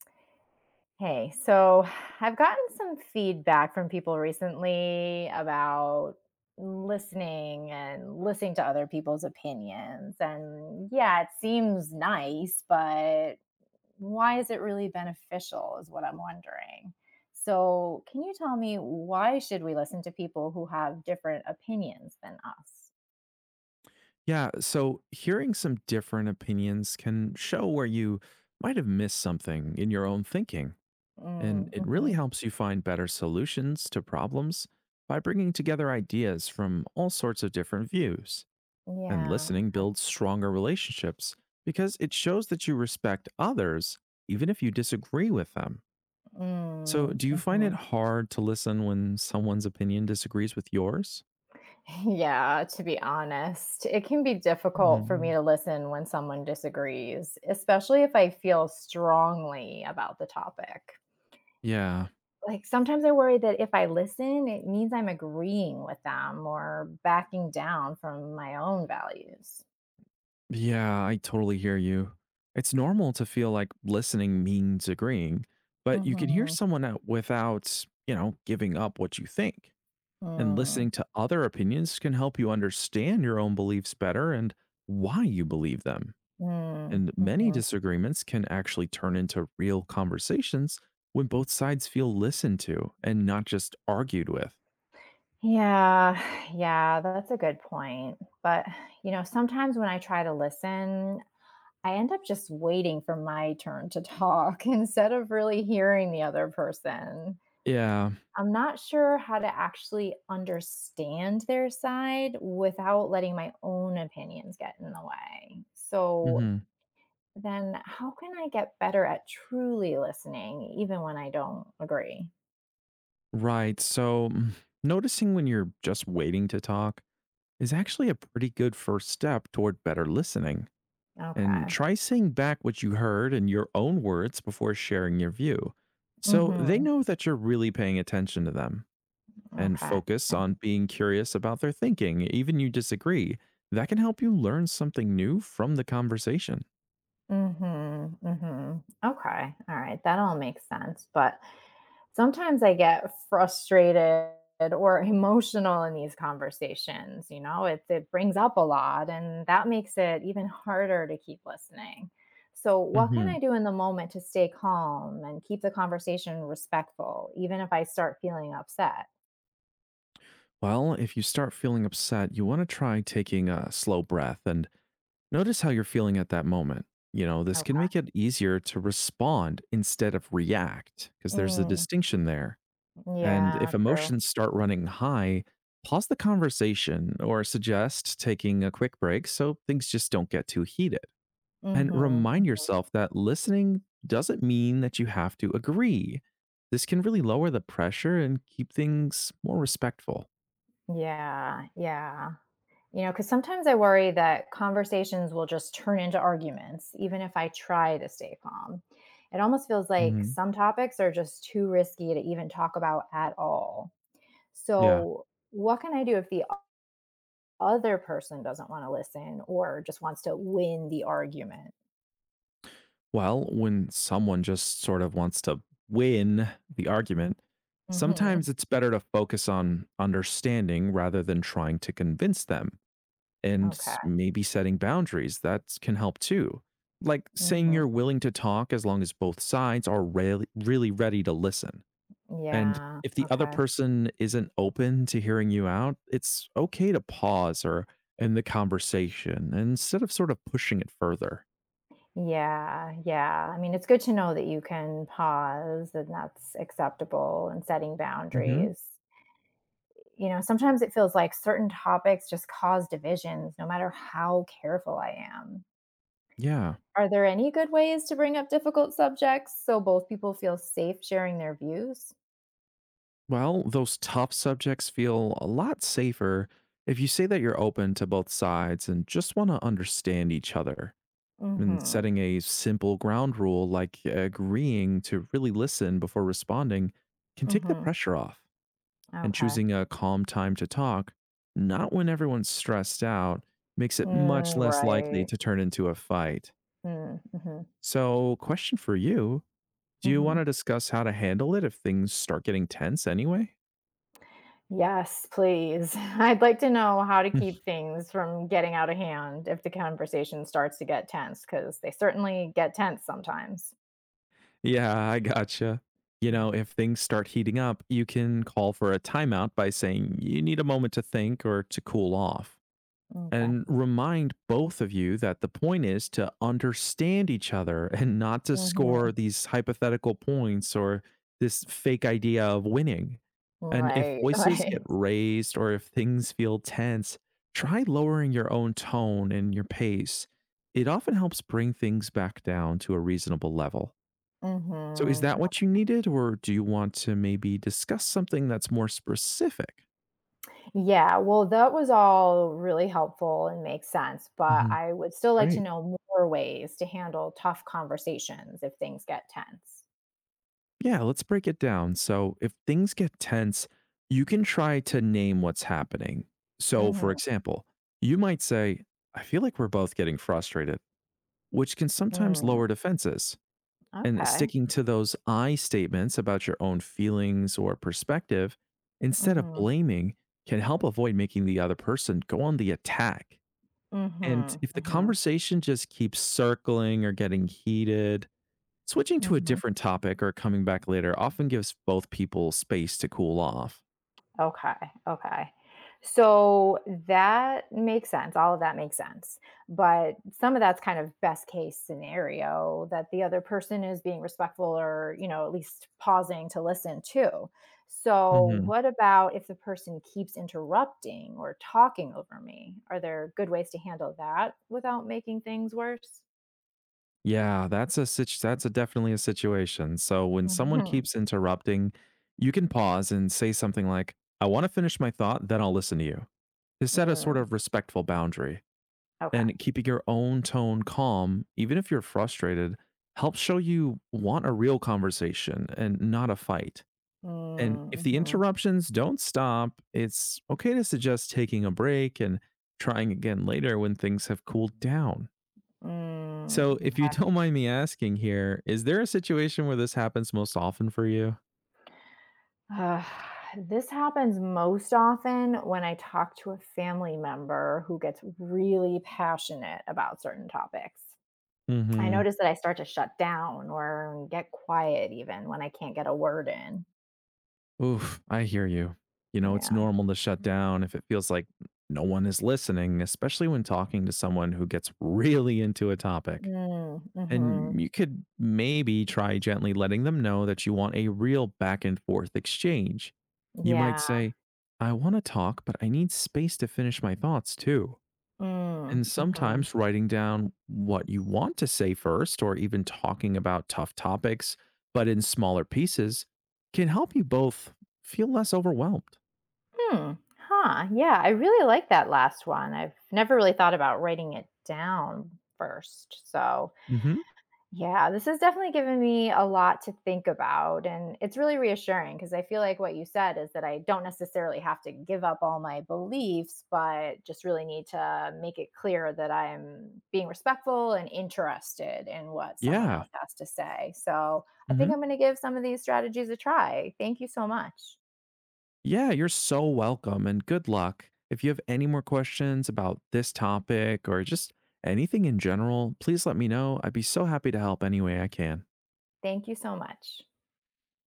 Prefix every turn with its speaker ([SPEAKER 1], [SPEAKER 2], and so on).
[SPEAKER 1] Hey, so I've gotten some feedback from people recently about listening and listening to other people's opinions. And yeah, it seems nice, but why is it really beneficial is what I'm wondering. So, can you tell me why should we listen to people who have different opinions than us?
[SPEAKER 2] Yeah, so hearing some different opinions can show where you might have missed something in your own thinking, and
[SPEAKER 1] Mm,
[SPEAKER 2] it really
[SPEAKER 1] hmm
[SPEAKER 2] helps you find better solutions to problems by bringing together ideas from all sorts of different views. And
[SPEAKER 1] Yeah.
[SPEAKER 2] listening builds stronger relationships because it shows that you respect others even if you disagree with them. So,
[SPEAKER 1] Mm,
[SPEAKER 2] do you find
[SPEAKER 1] hmm
[SPEAKER 2] it hard to listen when someone's opinion disagrees with yours?
[SPEAKER 1] Yeah, to be honest, it can be difficult for me
[SPEAKER 2] Mm,
[SPEAKER 1] to listen when someone disagrees, especially if I feel strongly about the topic.
[SPEAKER 2] yeah,
[SPEAKER 1] Like sometimes I worry that if I listen, it means I'm agreeing with them or backing down from my own values.
[SPEAKER 2] yeah, I totally hear you. It's normal to feel like listening means agreeing, but you can hear
[SPEAKER 1] Mhm.
[SPEAKER 2] someone out without, giving up what you think. And
[SPEAKER 1] Mm.
[SPEAKER 2] listening to other opinions can help you understand your own beliefs better and why you believe them.
[SPEAKER 1] Mm.
[SPEAKER 2] And many
[SPEAKER 1] Mhm.
[SPEAKER 2] disagreements can actually turn into real conversations when both sides feel listened to and not just argued with.
[SPEAKER 1] Yeah, yeah, that's a good point. But, you know, sometimes when I try to listen, I end up just waiting for my turn to talk instead of really hearing the other person.
[SPEAKER 2] Yeah.
[SPEAKER 1] I'm not sure how to actually understand their side without letting my own opinions get in the way. So
[SPEAKER 2] Hmm.
[SPEAKER 1] then, how can I get better at truly listening even when I don't agree?
[SPEAKER 2] Right. So noticing when you're just waiting to talk is actually a pretty good first step toward better listening. And
[SPEAKER 1] Okay.
[SPEAKER 2] try saying back what you heard in your own words before sharing your view, so they
[SPEAKER 1] Mm-hmm.
[SPEAKER 2] know that you're really paying attention to them, and
[SPEAKER 1] Okay.
[SPEAKER 2] focus on being curious about their thinking, even you disagree. That can help you learn something new from the conversation.
[SPEAKER 1] Mm-hmm. Mm-hmm. Okay. All right. That all makes sense. But sometimes I get frustrated or emotional in these conversations, you know? It brings up a lot and that makes it even harder to keep listening. So, what can I
[SPEAKER 2] Mhm.
[SPEAKER 1] do in the moment to stay calm and keep the conversation respectful even if I start feeling upset?
[SPEAKER 2] Well, if you start feeling upset, you want to try taking a slow breath and notice how you're feeling at that moment. You know, this
[SPEAKER 1] Okay.
[SPEAKER 2] can make it easier to respond instead of react, because there's a
[SPEAKER 1] Mm.
[SPEAKER 2] distinction there. And
[SPEAKER 1] Yeah,
[SPEAKER 2] if
[SPEAKER 1] true.
[SPEAKER 2] emotions start running high, pause the conversation or suggest taking a quick break so things just don't get too heated. And
[SPEAKER 1] Mhm.
[SPEAKER 2] remind
[SPEAKER 1] Mhm.
[SPEAKER 2] yourself that listening doesn't mean that you have to agree. This can really lower the pressure and keep things more respectful.
[SPEAKER 1] Yeah, yeah. You know, because sometimes I worry that conversations will just turn into arguments, even if I try to stay calm. It almost feels like
[SPEAKER 2] Mhm.
[SPEAKER 1] some topics are just too risky to even talk about at all.
[SPEAKER 2] Yeah.
[SPEAKER 1] So, what can I do if the other person doesn't want to listen or just wants to win the argument?
[SPEAKER 2] Well, when someone just sort of wants to win the argument,
[SPEAKER 1] Hmm.
[SPEAKER 2] sometimes it's better to focus on understanding rather than trying to convince them. And
[SPEAKER 1] Okay.
[SPEAKER 2] s- maybe setting boundaries, that can help too. Like saying
[SPEAKER 1] Hmm.
[SPEAKER 2] you're willing to talk as long as both sides are really, really ready to listen. And
[SPEAKER 1] Yeah.
[SPEAKER 2] if the other
[SPEAKER 1] Okay.
[SPEAKER 2] person isn't open to hearing you out, it's okay to pause or end the conversation instead of sort of pushing it further.
[SPEAKER 1] Yeah. Yeah. I mean, it's good to know that you can pause and that's acceptable and setting
[SPEAKER 2] Hmm.
[SPEAKER 1] boundaries. You know, sometimes it feels like certain topics just cause divisions no matter how careful I am.
[SPEAKER 2] Yeah.
[SPEAKER 1] Are there any good ways to bring up difficult subjects so both people feel safe sharing their views?
[SPEAKER 2] Well, those tough subjects feel a lot safer if you say that you're open to both sides and just want to understand each other. And
[SPEAKER 1] Mm-hmm.
[SPEAKER 2] setting a simple ground rule like agreeing to really listen before responding can take the
[SPEAKER 1] Mm-hmm.
[SPEAKER 2] pressure off. And
[SPEAKER 1] Okay.
[SPEAKER 2] choosing a calm time to talk, not when everyone's stressed out, makes it much
[SPEAKER 1] Mm,
[SPEAKER 2] less likely
[SPEAKER 1] right.
[SPEAKER 2] to turn into a fight.
[SPEAKER 1] Mm, mm-hmm.
[SPEAKER 2] So, question for you. Do you
[SPEAKER 1] Mm-hmm.
[SPEAKER 2] want to discuss how to handle it if things start getting tense anyway?
[SPEAKER 1] Yes, please. I'd like to know how to keep things from getting out of hand if the conversation starts to get tense, because they certainly get tense sometimes.
[SPEAKER 2] Yeah, I gotcha. You
[SPEAKER 1] Mm.
[SPEAKER 2] know, if things start heating up, you can call for a timeout by saying you need a moment to think or to cool off.
[SPEAKER 1] Okay.
[SPEAKER 2] And remind both of you that the point is to understand each other and not to
[SPEAKER 1] Mm-hmm.
[SPEAKER 2] score these hypothetical points or this fake idea of winning. And if
[SPEAKER 1] Right,
[SPEAKER 2] voices get
[SPEAKER 1] right.
[SPEAKER 2] raised or if things feel tense, try lowering your own tone and your pace. It often helps bring things back down to a reasonable level. So is
[SPEAKER 1] Mhm.
[SPEAKER 2] that what you needed, or do you want to maybe discuss something that's more specific?
[SPEAKER 1] Yeah, well, that was all really helpful and makes sense, but
[SPEAKER 2] Mhm,
[SPEAKER 1] I would still like to
[SPEAKER 2] right.
[SPEAKER 1] know more ways to handle tough conversations if things get tense.
[SPEAKER 2] Yeah, let's break it down. So if things get tense, you can try to name what's happening. So, for
[SPEAKER 1] Mhm.
[SPEAKER 2] example, you might say, I feel like we're both getting frustrated, which can sometimes
[SPEAKER 1] Mhm.
[SPEAKER 2] lower defenses. And
[SPEAKER 1] Okay.
[SPEAKER 2] sticking to those I statements about your own feelings or perspective instead of
[SPEAKER 1] Mhm.
[SPEAKER 2] blaming can help avoid making the other person go on the attack. And
[SPEAKER 1] Mhm.
[SPEAKER 2] if the
[SPEAKER 1] Mhm.
[SPEAKER 2] conversation just keeps circling or getting heated, switching to a
[SPEAKER 1] Mhm.
[SPEAKER 2] different topic or coming back later often gives both people space to cool off.
[SPEAKER 1] Okay, okay. So that makes sense. All of that makes sense. But some of that's kind of best case scenario that the other person is being respectful or, you know, at least pausing to listen too. So,
[SPEAKER 2] Hmm.
[SPEAKER 1] what about if the person keeps interrupting or talking over me? Are there good ways to handle that without making things worse?
[SPEAKER 2] Yeah, that's a definitely a situation. So when someone
[SPEAKER 1] Hmm.
[SPEAKER 2] keeps interrupting, you can pause and say something like, "I want to finish my thought, then I'll listen to you," to set a sort
[SPEAKER 1] Mm,
[SPEAKER 2] of respectful boundary.
[SPEAKER 1] okay.
[SPEAKER 2] And keeping your own tone calm, even if you're frustrated, helps show you want a real conversation and not a fight. And if the
[SPEAKER 1] Mm-hmm.
[SPEAKER 2] interruptions don't stop, it's okay to suggest taking a break and trying again later when things have cooled down. So,
[SPEAKER 1] Mm-hmm.
[SPEAKER 2] if you don't mind me asking here, is there a situation where this happens most often for you?
[SPEAKER 1] Uh, this happens most often when I talk to a family member who gets really passionate about certain topics. I
[SPEAKER 2] Hmm.
[SPEAKER 1] notice that I start to shut down or get quiet even when I can't get a word in.
[SPEAKER 2] Oof, I hear you. You know, it's
[SPEAKER 1] Yeah.
[SPEAKER 2] normal to shut down if it feels like no one is listening, especially when talking to someone who gets really into a topic.
[SPEAKER 1] Mm, mm-hmm.
[SPEAKER 2] And you could maybe try gently letting them know that you want a real back and forth exchange. You might
[SPEAKER 1] Yeah.
[SPEAKER 2] say, I want to talk, but I need space to finish my thoughts too.
[SPEAKER 1] Mm,
[SPEAKER 2] And
[SPEAKER 1] mm-hmm.
[SPEAKER 2] sometimes writing down what you want to say first, or even talking about tough topics, but in smaller pieces, can help you both feel less overwhelmed.
[SPEAKER 1] Hmm. Huh. Yeah. I really like that last one. I've never really thought about writing it down first. So
[SPEAKER 2] Hmm.
[SPEAKER 1] yeah, this has definitely given me a lot to think about. And it's really reassuring because I feel like what you said is that I don't necessarily have to give up all my beliefs, but just really need to make it clear that I'm being respectful and interested in what someone else
[SPEAKER 2] Yeah.
[SPEAKER 1] has to say. So I think
[SPEAKER 2] Hmm.
[SPEAKER 1] I'm going to give some of these strategies a try. Thank you so much.
[SPEAKER 2] Yeah, you're so welcome and good luck. If you have any more questions about this topic or just anything in general, please let me know. I'd be so happy to help any way I can.
[SPEAKER 1] Thank you so much.